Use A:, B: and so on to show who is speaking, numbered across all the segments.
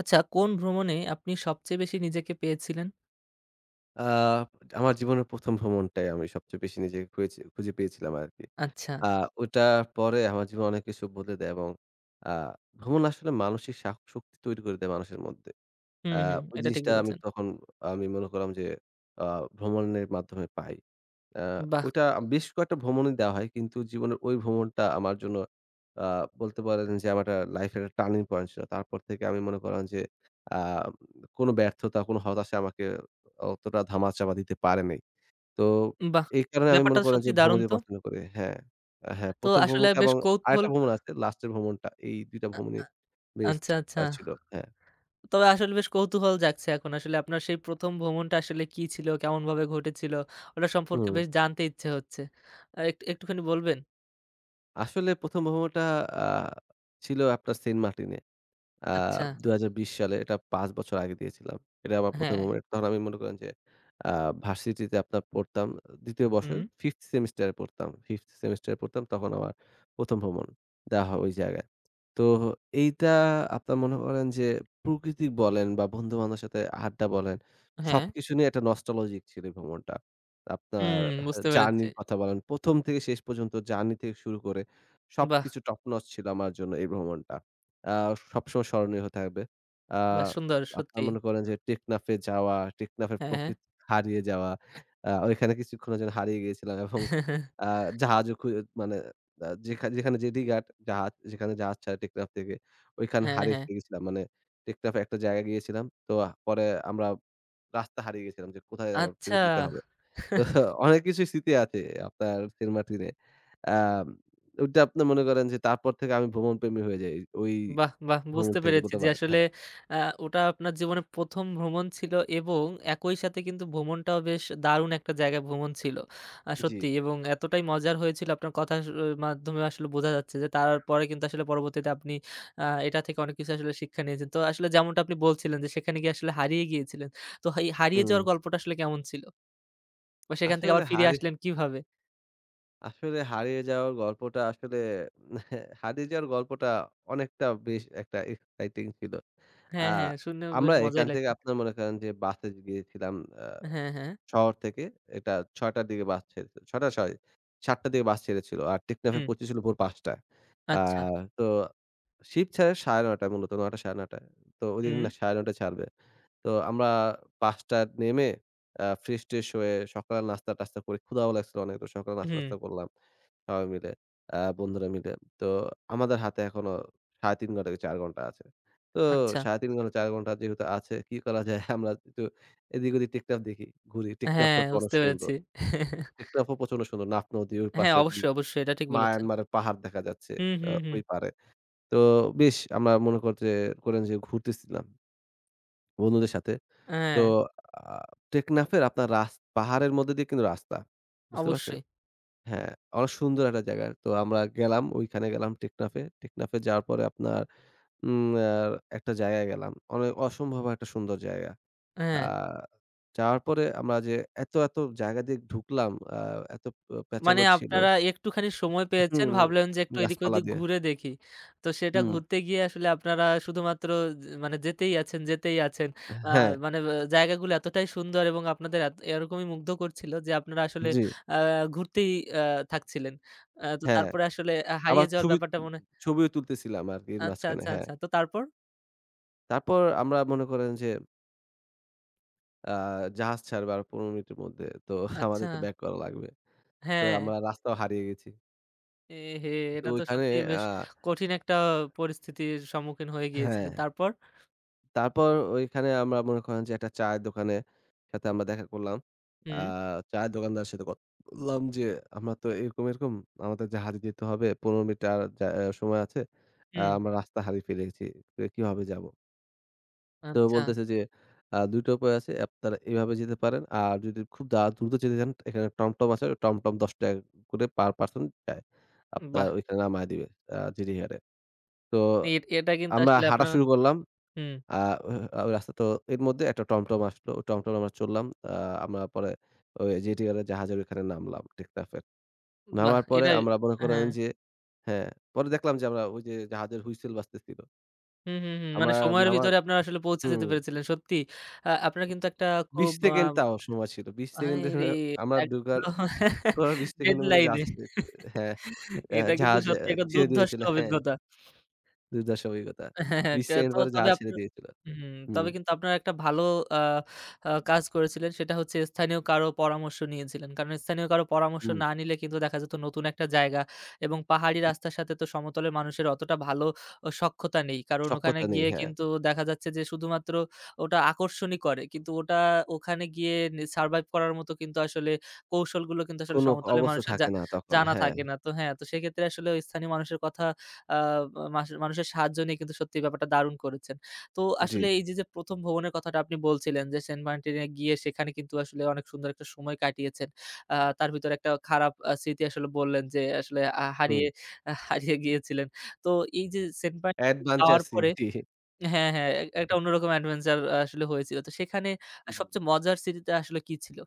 A: আচ্ছা, কোন ভ্রমণে আপনি সবচেয়ে বেশি নিজেকে পেয়েছিলেন?
B: আ আমার জীবনের ১ম ভ্রমণটাই আমি সবচেয়ে বেশি নিজেকে খুঁজে খুঁজে পেয়েছিলাম আরকি।
A: আচ্ছা।
B: আ ওটার পরে আমার জীবনে অনেক কিছু বদলে দেয় এবং আ ভ্রমণ আসলে মানসিক শক্তি তৈরি করে দেয় মানুষের মধ্যে।
A: হুম,
B: আ
A: হুম।
B: ওই
A: এটা ঠিক
B: জিনিসটা আমি
A: বলেছেন।
B: তখন আমি মনে করলাম যে আ ভ্রমণের মাধ্যমে পাই। আ
A: বাহ!
B: ওইটা বেশ কয়েকটা ভ্রমণই দেওয়া হয়। কিন্তু জীবনের ওই ভ্রমণটা আমার জন্য আ বলতে পারেন যে আমার একটা লাইফ এর একটা টার্নিং পয়েন্ট ছিল। তারপর থেকে আমি মনে করেন যে আ কোন ব্যর্থতা, কোন হতাশা আমাকে অতটা ধামাচাপা দিতে পারে নাই। তো
A: বাহ!
B: এই কারণে আমি
A: ব্যাপারটা
B: মনে করেন
A: সত্যি
B: যে
A: দারুণ
B: ভ্রমণই
A: তো।
B: পছন্দ করি। হ্যাঁ, আহ, হ্যাঁ,
A: তো
B: ১ম
A: আসলে
B: ভ্রমণটা
A: বেশ
B: এবং
A: কৌতূহল
B: আরেকটা ভ্রমণ আছে, লাস্টের ভ্রমণটা। এই ২ টা ভ্রমণই বেস্ট
A: আচ্ছা, আচ্ছা।
B: ছিল। হ্যাঁ।
A: তবে আসলে বেশ কৌতূহল জাগছে এখন। আসলে আপনার সেই ১ম ভ্রমণটা আসলে কি ছিল? কেমনভাবে ঘটেছিল? ওটা সম্পর্কে
B: হুম।
A: বেশ জানতে ইচ্ছে হচ্ছে। একটু একটুখানি বলবেন?
B: আসলে ১ম ভ্রমণটা আ ছিল আপনার সেন্ট মার্টিনে। আ
A: আচ্ছা।
B: ২০২০ সালে, এটা ৫ বছর আগে দিয়েছিলাম। এটা আমার ১ম
A: হ্যাঁ।
B: হোমওয়ার্ক। তখন আমি মনে করেন যে আ ভার্সিটিতে আপনার পড়তাম, ২য় বর্ষে
A: হুম।
B: 5th সেমিস্টারে পড়তাম। 5th সেমিস্টারে পড়তাম, তখন আমার ১ম ভ্রমণ দেওয়া হয় ওই জায়গায়। তো এইটা আপনার মনে করেন যে প্রকৃতি বলেন বা বন্ধু-বান্ধবের সাথে আড্ডা বলেন,
A: হ্যাঁ।
B: সবকিছু নিয়ে একটা নস্টালজিক ছিল এই ভ্রমণটা। আপনার
A: হুম, বুঝতে পেরেছি।
B: জার্নির কথা বলেন, ১ম থেকে শেষ পর্যন্ত জার্নি থেকে শুরু করে
A: বাহ!
B: সবকিছু টপ নচ ছিল আমার জন্য এই ভ্রমণটা। আ সবসময় স্মরণীয় হয়ে থাকবে। আ
A: বাহ! সুন্দর
B: আপনারা
A: সত্যি।
B: মনে করেন যে টেকনাফে যাওয়া, টেকনাফের
A: হ্যাঁ, হ্যাঁ।
B: প্রকৃতি, হারিয়ে যাওয়া। ওইখানে কিছুক্ষণের জন্য হারিয়ে গিয়েছিলাম এবং আ জাহাজও খু মানে যেখানে জেটি ঘাট, জাহাজ যেখানে জাহাজ ছাড়ে টেকনাফ থেকে, ওইখানে
A: হ্যাঁ,
B: হারিয়ে
A: হ্যাঁ।
B: ফেলে গেছিলাম। মানে টেকনাফে একটা জায়গায় গিয়েছিলাম। তো পরে আমরা রাস্তা হারিয়ে গেছিলাম যে কোথায় আবার
A: আচ্ছা।
B: ফেরত দিতে হবে। তো অনেক কিছুই স্মৃতি আছে আপনার সেন্ট মার্টিনে। আম ওইটা আপনি মনে করেন যে তারপর থেকে আমি ভ্রমণ প্রেমী হয়ে যাই। ওই
A: বাহ! বাহ!
B: ভ্রমণ
A: বুঝতে
B: থেকে
A: পেরেছি
B: বলতে
A: যে
B: পারেন।
A: আসলে
B: হ্যাঁ,
A: আ ওটা আপনার জীবনে ১ম ভ্রমণ ছিল এবং একই সাথে কিন্তু ভ্রমণটাও বেশ দারুণ একটা জায়গায় ভ্রমণ ছিল।
B: জি।
A: সত্যি এবং এতটাই মজার হয়েছিল আপনার কথার মাধ্যমে আসলে বোঝা যাচ্ছে যে তারপরে কিন্তু আসলে পরবর্তীতে আপনি এটা থেকে অনেক কিছু আসলে শিক্ষা নিয়েছেন। তো আসলে যেমনটা আপনি বলছিলেন যে সেখানে গিয়ে আসলে হারিয়ে গিয়েছিলেন। তো এই হারিয়ে
B: হুম।
A: যাওয়ার গল্পটা আসলে কেমন ছিল? বা সেখান থেকে
B: আসলে
A: আবার ফিরে
B: হারি
A: আসলেন কিভাবে?
B: আসলে হারিয়ে যাওয়ার গল্পটা আসলে হারিয়ে যাওয়ার গল্পটা অনেকটা বেশ একটা এক্সাইটিং ছিল। আ
A: হ্যাঁ, হ্যাঁ, শুনেও বেশ
B: আমরা
A: মজাই
B: এখান থেকে
A: লাগছে।
B: আপনার মনে করেন যে বাসে গিয়েছিলাম, আ
A: হ্যাঁ, হ্যাঁ।
B: শহর থেকে। এটা ৬:০০ র দিকে বাস ছেড়েছিল। ৬:০০ সরি, ৭:০০ র দিকে বাস ছেড়েছিল। আর টেকনাফে
A: হুম,
B: পৌঁছেছিল ভোর ৫:০০। আ
A: আচ্ছা।
B: তো শিপ ছাড়ে ৯:৩০ টায়, মূলত ৯:০০ ৯:৩০, তো ওইদিন
A: হুম,
B: না ৯:৩০ ছাড়বে। তো আমরা ৫:০০ য় নেমে ফ্রেশ-ট্রেশ হয়ে সকালের নাস্তা-টাস্তা করে, ক্ষুধাও লাগছিল অনেক। তো সকালে
A: হুম,
B: নাস্তা-টাস্তা করলাম, সবাই মিলে, বন্ধুরা মিলে। তো আমাদের হাতে এখনো ৩.৫ ঘন্টা কি ৪ ঘন্টা আছে। তো
A: আচ্ছা।
B: ৩.৫ ঘন্টা ৪ ঘন্টা যেহেতু আছে কি করা যায়? আমরা একটু এদিক ওদিক টেকনাফ দেখি, ঘুরি।
A: হ্যাঁ,
B: টেকনাফটা তো অনেক
A: বুঝতে
B: সুন্দর।
A: পেরেছি।
B: টেকনাফও প্রচন্ড সুন্দর। নাফ নদী ওই
A: হ্যাঁ,
B: পাশে।
A: অবশ্যই, অবশ্যই এটা ঠিক বলেছেন।
B: মায়ানমারের পাহাড় দেখা যাচ্ছে
A: হুম, হুম, হুম।
B: ওই পাড়ে। তো বেশ আমরা মনে কর যে করেন যে ঘুরতেছিলাম বন্ধুদের সাথে। তো
A: হ্যাঁ,
B: আ টেকনাফের আপনার পাহাড়ের মধ্যে দিয়ে কিন্তু রাস্তা। বুঝতে পারছেন?
A: অবশ্যই।
B: হ্যাঁ, অনেক সুন্দর একটা জায়গা। তো আমরা গেলাম, ওইখানে গেলাম টেকনাফে। টেকনাফে যাওয়ার পরে আপনার উম আ একটা জায়গায় গেলাম। অনেক অসম্ভব একটা সুন্দর জায়গা। আ
A: হ্যাঁ,
B: যাওয়ার পরে আমরা যে এত, এত জায়গা দিয়ে ঢুকলাম, এত
A: মানে
B: প্যাঁচালো ছিল।
A: আপনারা একটুখানি সময় পেয়েছেন
B: হুম,
A: ভাবলেন যে একটু এদিক
B: গাছপালা
A: ওদিক
B: দিয়ে।
A: ঘুরে দেখি। তো সেটা
B: হুম,
A: ঘুরতে গিয়ে আসলে আপনারা শুধুমাত্র যে মানে যেতেই আছেন, যেতেই আছেন। আ
B: হ্যাঁ,
A: মানে জায়গাগুলো এতটাই সুন্দর এবং আপনাদের এত এরকমই মুগ্ধ করছিল যে আপনারা আসলে
B: জি,
A: আ ঘুরতেই আ থাকছিলেন। তো
B: হ্যাঁ।
A: তারপরে আসলে হারিয়ে
B: আবার
A: যাওয়ার ব্যাপারটা মনে
B: ছবিও তুলতেছিলাম আরকি এর
A: আচ্ছা,
B: মাঝখানে,
A: আচ্ছা,
B: হ্যাঁ।
A: আচ্ছা। তো তারপর?
B: তারপর আমরা মনে করেন যে আ জাহাজ ছাড়বে আর ১৫ মিনিটের মধ্যে। তো
A: আচ্ছা,
B: আমাদের তো ব্যাক করা লাগবে। তো
A: হ্যাঁ।
B: আমরা রাস্তাও হারিয়ে গেছি।
A: এ হে!
B: তো
A: এটা তো
B: ওইখানে
A: সত্যিই বেশ
B: আ
A: কঠিন একটা পরিস্থিতির সম্মুখীন হয়ে
B: হ্যাঁ,
A: গিয়েছিলেন। তারপর?
B: তারপর ওইখানে আমরা মনে করেন যে একটা চায়ের দোকানে সাথে আমরা দেখা করলাম। আ
A: হুম,
B: চায়ের দোকানদারের সাথে কথা বললাম যে, "আমরা তো এরকম, এরকম, আমাদের জাহাজে যেতে হবে। ১৫ মিনিট আর যা আ সময় আছে।
A: হুম।
B: আমরা রাস্তা হারিয়ে ফেলেছি। তো কিভাবে যাবো?" তো
A: আচ্ছা,
B: বলতেছে যে, ২ টা উপায় আছে। আপনারা এভাবে যেতে পারেন। আর যদি খুব দ্রুত যেতে চান, এখানে টমটম আছে। টমটম ৳১০ করে পারসন যায়।
A: বাহ!
B: আপনার ওইখানে নামায় দিবে জিরিহাটে।" তো
A: এ এটা কিন্তু
B: আমরা
A: আসলে
B: হাঁটা
A: আপনার
B: শুরু করলাম।
A: হুম,
B: আ আ রাস্তা তো এর মধ্যে একটা টমটম আসলো। ওই টমটম আমরা চড়লাম। আমরা পরে ওই জেটিয়ালা জাহাজের ওইখানে নামলাম টেকনাফের।
A: বাহ!
B: নামার পরে
A: এটা
B: আমরা মনে করেন
A: হ্যাঁ।
B: যে হ্যাঁ, পরে দেখলাম যে আমরা ওই যে জাহাজের হুইসেল বাজতেছিল।
A: হুম, হুম, হুম। মানে
B: আমরা
A: সময়ের
B: নামার,
A: ভিতরে আপনারা আসলে পৌঁছে
B: হুম,
A: যেতে পেরেছিলেন। সত্যি আপনার কিন্তু একটা
B: ২০
A: খুব
B: সেকেন্ড
A: আম
B: তাও সময় ছিল। ২০ সেকেন্ডের
A: আহাইরে!
B: আমরা ঢোকার
A: একদম
B: পর ২০ সেকেন্ডের মধ্যে
A: ডেডলাইনে
B: জাহাজ হ্যাঁ,
A: এটা কিন্তু
B: জাহাজ
A: সত্যি একটা
B: ছেড়ে
A: দুর্ধর্ষ
B: দিয়েছিল। হ্যাঁ,
A: অভিজ্ঞতা।
B: দুর্ধর্ষ অভিজ্ঞতা।
A: হ্যাঁ, হ্যাঁ,
B: ২০
A: কে
B: সেকেন্ড
A: তো
B: পরে
A: তবে
B: জাহাজ ছেড়ে
A: আপনার
B: দিয়েছিল।
A: হুম,
B: হুম,
A: তবে কিন্তু আপনারা একটা ভালো আ আ কাজ করেছিলেন। সেটা হচ্ছে স্থানীয় কারো পরামর্শ নিয়েছিলেন। কারণ স্থানীয় কারো পরামর্শ
B: হুম।
A: না নিলে কিন্তু দেখা যেত নতুন একটা জায়গা এবং পাহাড়ি রাস্তার সাথে তো সমতলের মানুষের অতটা ভালো সখ্যতা নেই। কারণ ওখানে
B: সক্ষতা নেই।
A: গিয়ে
B: হ্যাঁ।
A: কিন্তু দেখা যাচ্ছে যে শুধুমাত্র ওটা আকর্ষণই করে। কিন্তু ওটা ওখানে গিয়ে সারভাইভ করার মতো কিন্তু আসলে কৌশলগুলো কিন্তু আসলে
B: কোন
A: সমতলের
B: অবস্থা
A: মানুষের
B: থাকে না তখন।
A: জানা
B: হ্যাঁ,
A: থাকে না। তো হ্যাঁ, তো সেক্ষেত্রে আসলে ওই স্থানীয় মানুষের কথা আ মাস মানুষের সাহায্য নিয়ে কিন্তু সত্যি ব্যাপারটা দারুণ করেছেন। তো
B: জি।
A: আসলে এই যে, যে, ১ম ভ্রমণের কথাটা আপনি বলছিলেন যে, সেন্ট মার্টিনে গিয়ে সেখানে কিন্তু আসলে অনেক সুন্দর একটা সময় কাটিয়েছেন। তার ভিতরে একটা খারাপ স্মৃতি আসলে বললেন যে, আসলে
B: হুম,
A: হারিয়ে আহ, হারিয়ে গিয়েছিলেন। তো এই যে, সেন্ট মার্টিন
B: অ্যাডভাঞ্চার
A: যাওয়ার
B: জার্সি,
A: পরে
B: জি।
A: হ্যাঁ, হ্যাঁ, এক একটা অন্যরকম অ্যাডভেঞ্চার আসলে হয়েছিল। তো সেখানে সবচেয়ে মজার স্মৃতিটা আসলে কি ছিল?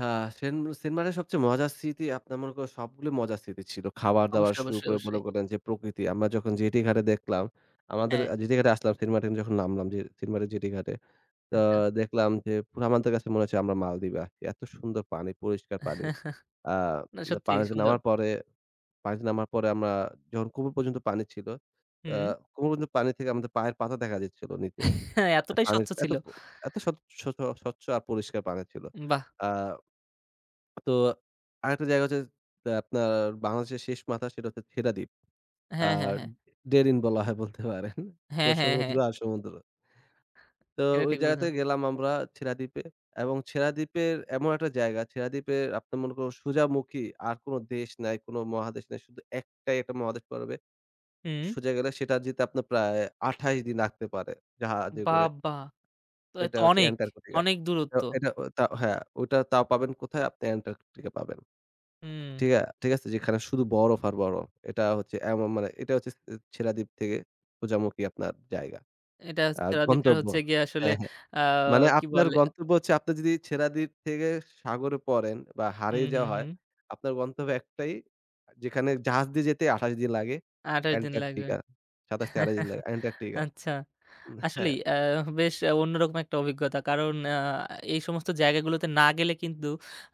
B: হ্যাঁ, সেনমারের সবচেয়ে মজার স্মৃতি, আপনার মনে করেন সবগুলো মজার স্মৃতি ছিল। খাবার-দাবার
A: অবশ্যই,
B: শুরু
A: অবশ্যই,
B: করে মনে
A: অবশ্যই।
B: করেন যে প্রকৃতি। আমরা যখন জেটি ঘাটে দেখলাম, আমাদের
A: হ্যাঁ,
B: জেটি ঘাটে আসলাম সেন্ট মার্টিন, যখন নামলাম যে সেন্ট মার্টিন জেটি ঘাটে। তো
A: আচ্ছা।
B: দেখলাম যে পুরা আমাদের কাছে মনে হচ্ছে আমরা মালদ্বীপে আছি। এত সুন্দর পানি, পরিষ্কার পানি। আ
A: না সত্যিই
B: পানিতে
A: সুন্দর।
B: নামার পরে পানিতে নামার পরে আমরা যখন কোমর পর্যন্ত পানি ছিল, আ
A: হুম,
B: কোমর পর্যন্ত পানি থেকে আমাদের পায়ের পাতা দেখা যাচ্ছিল নিচে।
A: হ্যাঁ, এতটাই
B: পানির
A: স্বচ্ছ ছিল।
B: এত স্বচ্ছ স্বচ্ছ স্বচ্ছ আর পরিষ্কার পানি ছিল।
A: বাহ!
B: আ তো আরেকটা জায়গা হচ্ছে, তা আপনার বাংলাদেশের শেষ মাথা, সেটা হচ্ছে ছেড়াদ্বীপ।
A: হ্যাঁ, হ্যাঁ,
B: আর
A: হ্যাঁ।
B: ডেরিন বলা হয় বলতে পারেন। তো
A: হ্যাঁ, হ্যাঁ,
B: সমুদ্র
A: হ্যাঁ।
B: আর সমুদ্র। তো
A: এটা
B: ওই
A: ঠিক
B: জায়গাতে
A: বলেছেন।
B: গেলাম আমরা ছেড়াদ্বীপে, এবং ছেড়াদ্বীপের এমন একটা জায়গা, ছেড়াদ্বীপের আপনার মনে করুন সোজামুখী আর কোন দেশ নাই, কোন মহাদেশ নাই। শুধু একটাই একটা মহাদেশ পড়বে।
A: হুম।
B: সোজা গেলে সেটা যেতে আপনার প্রায় ২৮ দিন লাগতে পারে জাহাজে করে।
A: বাবা! তো এ
B: এটা
A: তো
B: হচ্ছে
A: অনেক,
B: অ্যান্টার্কটিকা।
A: অনেক
B: এটা
A: দূরত্ব।
B: এটা ও, তা হ্যাঁ, ওটা তাও পাবেন কোথায়? আপনি অ্যান্টার্কটিকা পাবেন।
A: হুম।
B: ঠিক আছে? যেখানে শুধু বরফ আর বরফ। এটা হচ্ছে এমন, মানে এটা হচ্ছে সে ছেড়াদ্বীপ থেকে সোজামুখী আপনার জায়গা।
A: এটা হচ্ছে
B: আর
A: রাদীপের
B: গন্তব্য,
A: হচ্ছে গিয়ে আসলে
B: হ্যাঁ, হ্যাঁ।
A: আ
B: মানে
A: কি
B: আপনার
A: বলে
B: গন্তব্য হচ্ছে আপনি যদি ছেড়াদ্বীপ থেকে সাগরে পড়েন বা
A: হুম,
B: হারিয়ে
A: হুম,
B: যাওয়া হয়,
A: হুম।
B: আপনার গন্তব্য একটাই যেখানে জাহাজ দিয়ে যেতে ২৮ দিন লাগে,
A: ২৮ দিন লাগবে।
B: অ্যান্টার্কটিকা। ২৭ থেকে ২৮ দিন লাগে অ্যান্টার্কটিকা।
A: আচ্ছা।
B: হ্যাঁ,
A: আসলেই বেশ অন্যরকম একটা অভিজ্ঞতা। কারণ এই সমস্ত জায়গাগুলোতে না গেলে কিন্তু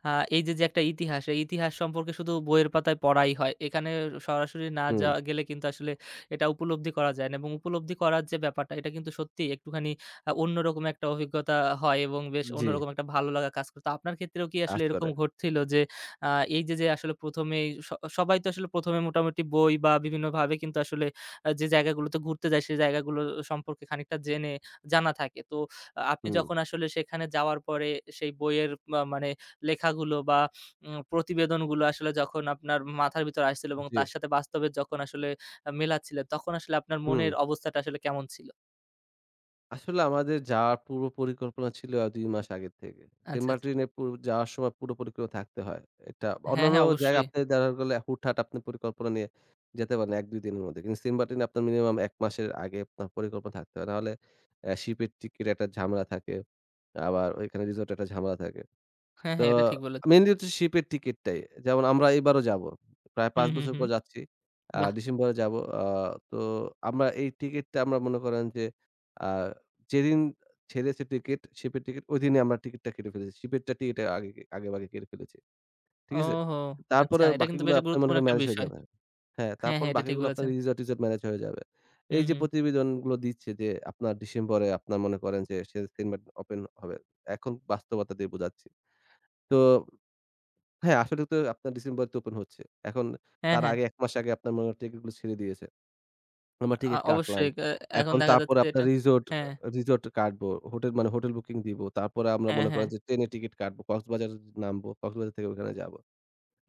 A: আ এই যে, যে একটা ইতিহাস, এই ইতিহাস সম্পর্কে শুধু বইয়ের পাতায় পড়াই হয়। এখানে সরাসরি না
B: হুম।
A: যাওয়া গেলে কিন্তু আসলে এটা উপলব্ধি করা যায় না এবং উপলব্ধি করার যে ব্যাপারটা, এটা কিন্তু সত্যিই একটুখানি অন্যরকম একটা অভিজ্ঞতা হয় এবং বেশ
B: জি,
A: অন্যরকম একটা ভালো লাগা কাজ করে। তো আপনার ক্ষেত্রেও কি আসলে
B: কাজ
A: এরকম
B: করে।
A: ঘটছিল যে, আ এই যে, যে আসলে ১ম এই সবাই তো আসলে ১ম এ মোটামুটি বই বা বিভিন্নভাবে কিন্তু আসলে যে জায়গাগুলোতে ঘুরতে যাই, সেই জায়গাগুলো সম্পর্কে খানিকটা জেনে জানা থাকে। তো আপনি
B: হুম,
A: যখন আসলে সেখানে যাওয়ার পরে সেই বইয়ের মানে লেখাগুলো বা প্রতিবেদনগুলো আসলে যখন আপনার মাথার ভিতর আসছিল এবং
B: জি।
A: তার সাথে বাস্তবে যখন আসলে মেলাচ্ছিলেন, তখন আসলে আপনার
B: হুম,
A: মনের অবস্থাটা আসলে কেমন ছিল?
B: আসলে আমাদের যাওয়ার পূর্ব পরিকল্পনা ছিল ২ মাস আগের থেকে। সেন্ট
A: আচ্ছা, আচ্ছা।
B: মার্টিনে পু যাওয়ার সময় পুরো পরিকল্পনা থাকতে হয়। এটা
A: হ্যাঁ,
B: অন্যান্য
A: হ্যাঁ,
B: জায়গায়
A: অবশ্যই।
B: আপনি দেখা গেলে হুটহাট আপনি পরিকল্পনা নিয়ে যেতে পারেন ১-২ দিনের মধ্যে। কিন্তু সেন্ট মার্টিনে আপনার মিনিমাম ১ মাসের আগে আপনার পরিকল্পনা থাকতে হয়। নাহলে শিপের টিকিট একটা ঝামেলা থাকে। আবার ওইখানে রিসোর্ট একটা ঝামেলা থাকে।
A: হ্যাঁ,
B: তো
A: হ্যাঁ, এটা ঠিক বলেছেন।
B: মেইনলি হচ্ছে শিপের টিকেটটাই। যেমন আমরা এবারও যাবো। প্রায়
A: হুম,
B: ৫
A: হুম,
B: বছর
A: হুম।
B: পর যাচ্ছি।
A: বাহ!
B: ডিসেম্বরে যাবো। তো আমরা এই টিকেটটা আমরা মনে করেন যে আ যেদিন ছেড়েছে টিকেট, শিপের টিকেট, ওইদিনই আমরা টিকেটটা কেটে ফেলেছি। শিপেরটা টিকেট আগে, আগেভাগে কেটে ফেলেছি। ঠিক আছে?
A: ওহো! আচ্ছা,
B: তারপরে
A: এটা কিন্তু
B: বাকিগুলো
A: বেশ
B: আপনার মনে
A: গুরুত্বপূর্ণ
B: করেন
A: একটা
B: ম্যানেজ হয়ে
A: বিষয়।
B: যাবে। হ্যাঁ,
A: হ্যাঁ,
B: তারপর
A: হ্যাঁ, এটা ঠিক
B: বাকিগুলো আপনার
A: বলেছেন।
B: রিসর্ট-টিসর্ট ম্যানেজ হয়ে যাবে।
A: হুম,
B: এই যে
A: হুম।
B: প্রতিবেদনগুলো দিচ্ছে যে আপনার ডিসেম্বরে আপনার মনে করেন যে সে সিনেমা ওপেন হবে। এখন বাস্তবতা দিয়ে বোঝাচ্ছি। তো হ্যাঁ, আসলে তো আপনার ডিসেম্বরে তো ওপেন হচ্ছে। এখন
A: হ্যাঁ,
B: তার
A: হ্যাঁ।
B: আগে ১ মাস আগে আপনার মনে হয় টিকেটগুলো ছেড়ে দিয়েছে। আমরা টিকেট কাটলাম।
A: অবশ্যই। এখন
B: এখন
A: দেখা
B: তারপরে
A: যাচ্ছে
B: আপনার
A: এটা
B: রিসোর্ট,
A: হ্যাঁ।
B: রিসোর্ট কাটবো। হোটেল মানে হোটেল বুকিং দিব। তারপরে আমরা
A: হ্যাঁ,
B: মনে
A: হ্যাঁ।
B: করেন যে ট্রেনে টিকেট কাটবো। কক্সবাজার নামবো। কক্সবাজার থেকে ওখানে যাবো।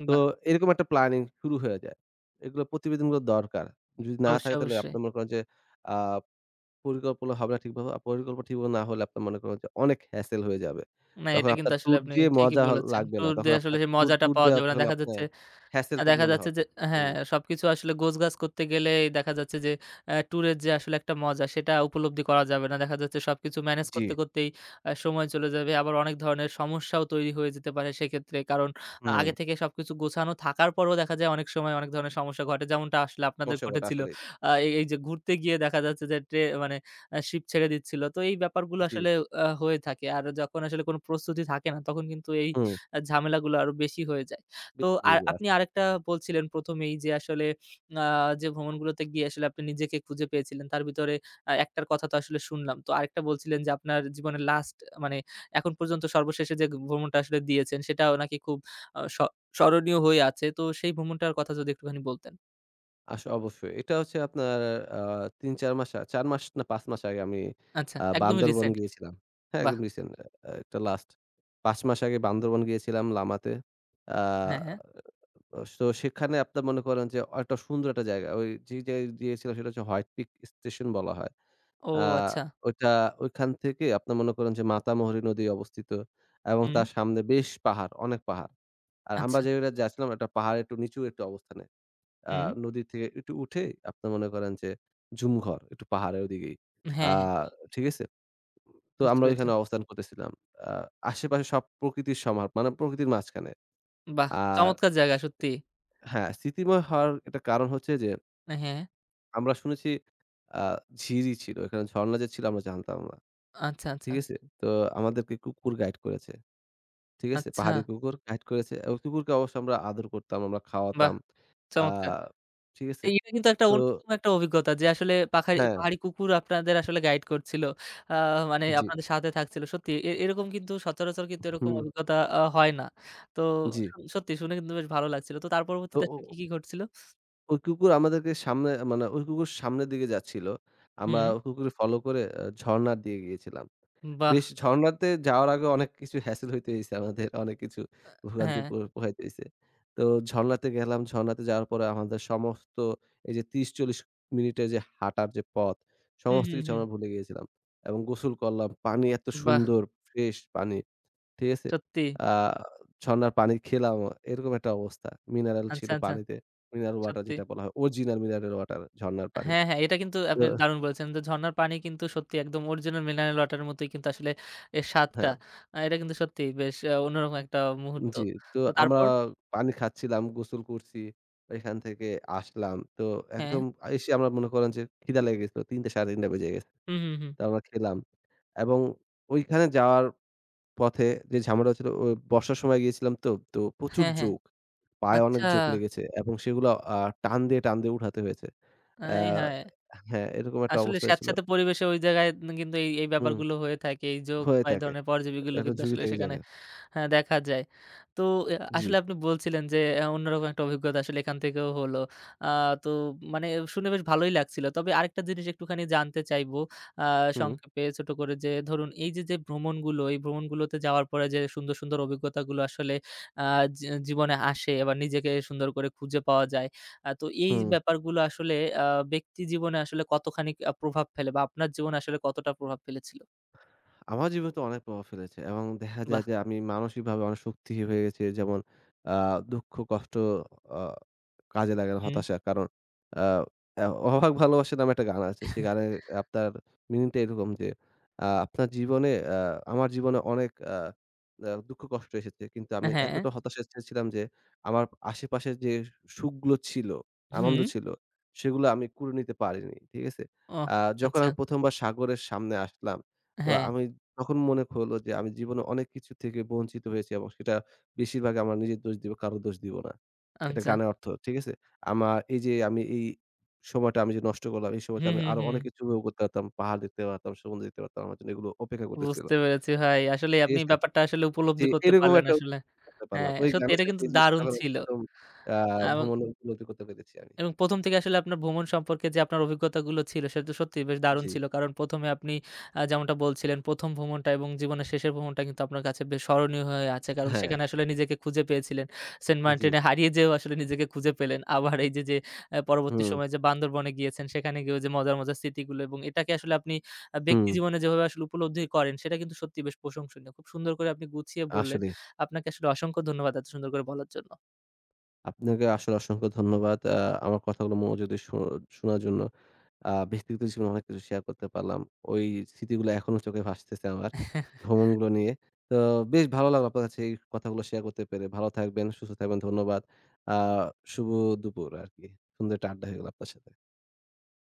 B: তো
A: বাহ!
B: এরকম একটা প্ল্যানিং শুরু হয়ে যায়। এগুলো প্রতিবেদনগুলো দরকার। যদি না
A: অবশ্যই,
B: থাকে তাহলে
A: অবশ্যই।
B: আপনি মনে করেন যে আ পরিকল্পনা হবে না ঠিকভাবে। আর পরিকল্পনা ঠিকভাবে না হলে আপনার মনে করেন যে অনেক হ্যাসেল হয়ে যাবে।
A: না
B: তখন
A: এটা কিন্তু
B: আপনার
A: আসলে
B: ট্যুর
A: আপনি
B: দিয়ে
A: ঠিকই
B: মজা
A: বলেছেন।
B: লাগবে না।
A: ট্যুর
B: তখন
A: দিয়ে আসলে
B: আপনার
A: সেই
B: ট্যুর,
A: মজাটা
B: ট্যুর
A: পাওয়া
B: দেওয়া
A: যাবে না।
B: তখন
A: দেখা
B: আপনার
A: যাচ্ছে
B: হ্যাসেল তো
A: দেখা
B: মনে
A: যাচ্ছে
B: হবে।
A: যে হ্যাঁ,
B: হুম।
A: সবকিছু আসলে গোছগাছ করতে গেলেই দেখা যাচ্ছে যে ট্যুরের যে আসলে একটা মজা সেটা উপলব্ধি করা যাবে না। দেখা যাচ্ছে সবকিছু ম্যানেজ
B: জি,
A: করতে, করতেই সময় চলে যাবে। আবার অনেক ধরনের সমস্যাও তৈরি হয়ে যেতে পারে সেক্ষেত্রে। কারণ
B: হুম।
A: আগে থেকে সবকিছু গোছানো থাকার পরেও দেখা যায় অনেক সময় অনেক ধরনের সমস্যা ঘটে। যেমনটা আসলে আপনাদের
B: সমস্যা ঘটে
A: ঘটেছিল।
B: আসলেই।
A: আ এই এই যে ঘুরতে গিয়ে দেখা যাচ্ছে যে মানে শিপ ছেড়ে দিচ্ছিল। তো এই ব্যাপারগুলো
B: জি,
A: আসলে হয়ে থাকে। আর যখন আসলে কোনো প্রস্তুতি থাকে না তখন কিন্তু এই
B: হুম।
A: ঝামেলাগুলো আরো বেশি হয়ে যায়। তো আর আপনি আরেকটা বলছিলেন ১ম এই যে আসলে আ যে ভ্রমণগুলোতে গিয়ে আসলে আপনি নিজেকে খুঁজে পেয়েছিলেন। তার ভিতরে একটার কথা তো আসলে শুনলাম। তো আরেকটা বলছিলেন যে আপনার জীবনের লাস্ট মানে এখন পর্যন্ত সর্বশেষে যে ভ্রমণটা আসলে দিয়েছেন সেটাও নাকি খুব আ স স্মরণীয় হয়ে আছে। তো সেই ভ্রমণটার কথা যদি একটুখানি বলতেন।
B: আস, অবশ্যই। এটা হচ্ছে আপনার আ ৩-৪ মাস, ৪ মাস না ৫ মাস আগে আমি
A: আচ্ছা, একদমই
B: বান্দরবন
A: রিসেন্ট।
B: গিয়েছিলাম। হ্যাঁ,
A: বাহ!
B: একদম রিসেন্ট, এটা লাস্ট ৫ মাস আগে বান্দরবন গিয়েছিলাম লামাতে। আ
A: হ্যাঁ, হ্যাঁ।
B: অ তো সেখানে আপনার মনে করেন যে একটা সুন্দর একটা জায়গা। ওই যে জায়গায় গিয়েছিল সেটা হচ্ছে হোয়াইট পিক স্টেশন বলা হয়।
A: ও
B: আ
A: আচ্ছা।
B: ওইটা, ওইখান থেকে আপনার মনে করেন যে মাতামুহুরী নদী অবস্থিত, এবং
A: হুম,
B: তার সামনে বেশ পাহাড়, অনেক পাহাড়। আর আমরা
A: আচ্ছা।
B: যে জায়গায় যাচ্ছিলাম, একটা পাহাড় একটু নিচু একটা অবস্থানে। আ
A: হুম।
B: নদী থেকে একটু উঠে আপনার মনে করেন যে ঝুমঘর, একটু পাহাড়ের ওদিকেই। আ
A: হ্যাঁ, হ্যাঁ।
B: ঠিক আছে? তো
A: বুঝতে
B: আমরা
A: পেরেছি।
B: ওইখানে অবস্থান করতেছিলাম। আ আশেপাশে সব প্রকৃতির সমাহার, মানে প্রকৃতির মাঝখানে।
A: বাহ!
B: আর
A: চমৎকার জায়গা সত্যি।
B: হ্যাঁ, স্মৃতিময় হওয়ার একটা কারণ হচ্ছে যে
A: হ্যাঁ।
B: আমরা শুনেছি আ ঝিরি ছিল। এখানে ঝর্ণা যে ছিল আমরা জানতাম না।
A: আচ্ছা, আচ্ছা।
B: ঠিক আছে? তো আমাদেরকে কুকুর গাইড করেছে। ঠিক আছে?
A: আচ্ছা।
B: পাহাড়ি কুকুর গাইড করেছে। ও কুকুরকে অবশ্য আমরা আদর করতাম, আমরা
A: বাহ!
B: খাওয়াতাম। আ
A: চমৎকার।
B: ঠিক আছে?
A: এটা কিন্তু একটা
B: তো
A: অন্যরকম একটা অভিজ্ঞতা যে আসলে
B: হ্যাঁ,
A: পাহাড়ি কুকুর আপনাদের আসলে গাইড করছিল। আ মানে
B: জি।
A: আপনাদের সাথে থাকছিল। সত্যি এরকম কিন্তু সচরাচর কিন্তু এরকম
B: হুম,
A: অভিজ্ঞতা হয় না। তো
B: জি।
A: সত্যি শুনে কিন্তু বেশ ভালো লাগছিল। তো তার
B: তো
A: পরবর্তীতে
B: ও
A: আসলে কি,
B: ও-
A: কি ঘটছিল?
B: ওই কুকুর আমাদেরকে সামনে মানে ওই কুকুর সামনের দিকে যাচ্ছিল। আমরা
A: হুম,
B: ওই কুকুরকে ফলো করে ঝর্ণার দিকে গিয়েছিলাম।
A: বাহ!
B: বেশ ঝরণাতে যাওয়ার আগে অনেক কিছু হ্যাসেল হইতে হইছে আমাদের। অনেক কিছু ভোগান্তি
A: হ্যাঁ।
B: পোহাইতে হইছে। তো ঝরণাতে গেলাম। ঝরণাতে যাওয়ার পরে আমাদের সমস্ত এই যে ৩০-৪০ মিনিটের যে হাঁটার যে পথ,
A: হুম,
B: সমস্ত
A: হুম,
B: কিছু
A: হুম।
B: আমরা ভুলে গিয়েছিলাম। এবং গোসল করলাম। পানি এত
A: বাহ!
B: সুন্দর, ফ্রেশ পানি। ঠিক আছে?
A: সত্যি।
B: আ ঝরণার পানি খেলাম। এরকম একটা অবস্থা। মিনারেল
A: আচ্ছা,
B: ছিল
A: আচ্ছা।
B: পানিতে। মিনারেল ওয়াটার
A: সত্যি।
B: যেটা বলা হয়। অরিজিনাল মিনারেল ওয়াটার ঝরণার পানি।
A: হ্যাঁ, হ্যাঁ, এটা কিন্তু
B: তো
A: আপনি দারুণ বলেছেন যে ঝরনার পানি কিন্তু সত্যি একদম অরিজিনাল মিনারেল ওয়াটার এর মতোই কিন্তু আসলে এর স্বাদটা।
B: হ্যাঁ।
A: এটা কিন্তু সত্যিই বেশ অন্যরকম একটা মুহূর্ত।
B: জি, তো
A: তো
B: আমরা
A: তারপর?
B: পানি খাচ্ছিলাম, গোসল করছি। এখান থেকে আসলাম। তো
A: হ্যাঁ।
B: একদম এসে আমরা মনে করেন যে খিদা লেগে গেছিল। ৩টা ৩:৩০ বেজে গেছে।
A: হুম, হুম, হুম।
B: তো আমরা খেলাম এবং ওইখানে যাওয়ার পথে যে ঝামেলা হচ্ছিল, ও বর্ষার সময় গিয়েছিলাম তো, তো প্রচুর
A: হ্যাঁ, হ্যাঁ।
B: জোক। পায়ে অনেক
A: আচ্ছা।
B: জোক লেগেছে এবং সেগুলো আ টান দিয়ে, টান দিয়ে উঠাতে হয়েছে। অ্যা
A: আয় হায়!
B: হ্যাঁ, এরকম একটা
A: আসলে
B: অবস্থা হয়েছিল।
A: স্যাঁতসেঁতে পরিবেশে ওই জায়গায় কিন্তু এই
B: হুম,
A: ব্যাপারগুলো হয়ে থাকে। এই জোক
B: হয়ে
A: বা এই
B: থাকে।
A: ধরনের পরজীবীগুলো
B: একটা
A: কিন্তু
B: ঝুঁকি
A: আসলে
B: থেকে
A: সেখানে
B: জায়গা।
A: হ্যাঁ, দেখা যায়। তো
B: জি।
A: আসলে আপনি বলছিলেন যে অন্যরকম একটা অভিজ্ঞতা আসলে এখান থেকেও হলো। আ তো মানে শুনে বেশ ভালোই লাগছিল। তবে আরেকটা জিনিস একটুখানি জানতে চাইবো আ
B: হুম,
A: সংক্ষেপে ছোট করে যে ধরুন এই যে, যে ভ্রমণগুলো, এই ভ্রমণগুলোতে যাওয়ার পরে যে সুন্দর, সুন্দর অভিজ্ঞতাগুলো আসলে আ জী জীবনে আসে বা নিজেকে সুন্দর করে খুঁজে পাওয়া যায়। তো এই
B: হুম।
A: ব্যাপারগুলো আসলে আ ব্যক্তি জীবনে আসলে কতখানি প্রভাব ফেলে বা আপনার জীবনে আসলে কতটা প্রভাব ফেলেছিল?
B: আমার জীবনে তো অনেক প্রভাব ফেলেছে এবং দেখা যায়
A: বাহ!
B: যে আমি মানসিকভাবে অনেক শক্তিহীন হয়ে গেছি। যেমন আ দুঃখ, কষ্ট আ কাজে লাগে না,
A: হুম।
B: হতাশা। কারণ আ অ্যা 'অভাগ ভালোবাসা' নামে একটা গান আছে। সেই গানের আপনার মিনিংটা এরকম যে আ আপনার জীবনে আ আমার জীবনে অনেক দুঃখ কষ্ট এসেছে। কিন্তু আমি
A: হ্যাঁ,
B: এতটা হতাশা ছিলাম যে আমার আশেপাশের যে সুখগুলো ছিল, আনন্দ
A: হুম।
B: ছিল, সেগুলো আমি কুড়ে নিতে পারিনি। ঠিক আছে?
A: ওহ!
B: আ যখন
A: আচ্ছা।
B: আমি ১ম বার সাগরের সামনে আসলাম, তো
A: হ্যাঁ,
B: আমি তখন মনে হলো যে আমি জীবনে অনেক কিছু থেকে বঞ্চিত হয়েছি, এবং সেটা বেশিরভাগ আমার নিজের দোষ দিব, কারো দোষ দিব না। এটা
A: আচ্ছা।
B: গানের অর্থ। ঠিক আছে? আমার এই যে আমি এই সময়টা আমি যে নষ্ট করলাম, এই সময়টা
A: হুম,
B: আমি
A: হুম,
B: আরো
A: হুম।
B: অনেক কিছু উপভোগ করতে পারতাম। পাহাড় দেখতে পারতাম, সমুদ্র দেখতে পারতাম। আমার জন্য এগুলো অপেক্ষা করতেছিল।
A: বুঝতে পেরেছি ভাই। আসলেই
B: ঠিক
A: আপনি
B: আছে?
A: ব্যাপারটা আসলে
B: জি,
A: উপলব্ধি করতে
B: এরকম
A: পারলেন
B: একটা
A: আসলে।
B: করতে পারলাম।
A: হ্যাঁ,
B: ওই
A: সত্যি
B: গানের
A: এটা
B: সাথে
A: কিন্তু
B: এই জিনিসটা
A: দারুণ
B: তখন
A: ছিল।
B: একদম আ
A: এবং
B: ভ্রমণ উপলব্ধি করতে পেরেছি আমি।
A: এবং ১ম থেকে আসলে আপনার ভ্রমণ সম্পর্কে যে আপনার অভিজ্ঞতাগুলো ছিল, সেটা তো সত্যিই বেশ দারুণ
B: জি,
A: ছিল। কারণ ১ম এ আপনি যেমনটা বলছিলেন, ১ম ভ্রমণটা এবং জীবনের শেষের ভ্রমণটা কিন্তু আপনার কাছে বেশ স্মরণীয় হয়ে আছে। কারণ
B: হ্যাঁ,
A: সেখানে আসলে নিজেকে খুঁজে পেয়েছিলেন। সেন্ট
B: জি।
A: মার্টিনে হারিয়ে যেয়েও আসলে নিজেকে খুঁজে পেলেন। আবার এই যে, যে পরবর্তী
B: হুম,
A: সময়ে যে বান্দরবনে গিয়েছেন, সেখানে গিয়েও যে মজার, মজার স্মৃতিগুলো এবং এটাকে আসলে আপনি ব্যক্তি
B: হুম।
A: জীবনে যেভাবে আসলে উপলব্ধি করেন, সেটা কিন্তু সত্যিই বেশ প্রশংসনীয়। খুব সুন্দর করে আপনি গুছিয়ে বললেন।
B: আসলেই।
A: আপনাকে আসলে অসংখ্য ধন্যবাদ এত সুন্দর করে বলার জন্য।
B: আপনাকে আসলে অসংখ্য ধন্যবাদ। আমার কথাগুলো মনোযোগ দিয়ে শোনার জন্য। ব্যক্তিগত জীবনে অনেক কিছু শেয়ার করতে পারলাম। ওই স্মৃতিগুলো এখনো চোখে ভাসতেছে আমার, ভ্রমণগুলো নিয়ে। তো বেশ ভালো লাগলো আপনার কাছে এই কথাগুলো শেয়ার করতে পেরে। ভালো থাকবেন, সুস্থ থাকবেন। ধন্যবাদ। আ শুভ দুপুর আরকি। সুন্দর একটা আড্ডা হয়ে গেল আপনার সাথে।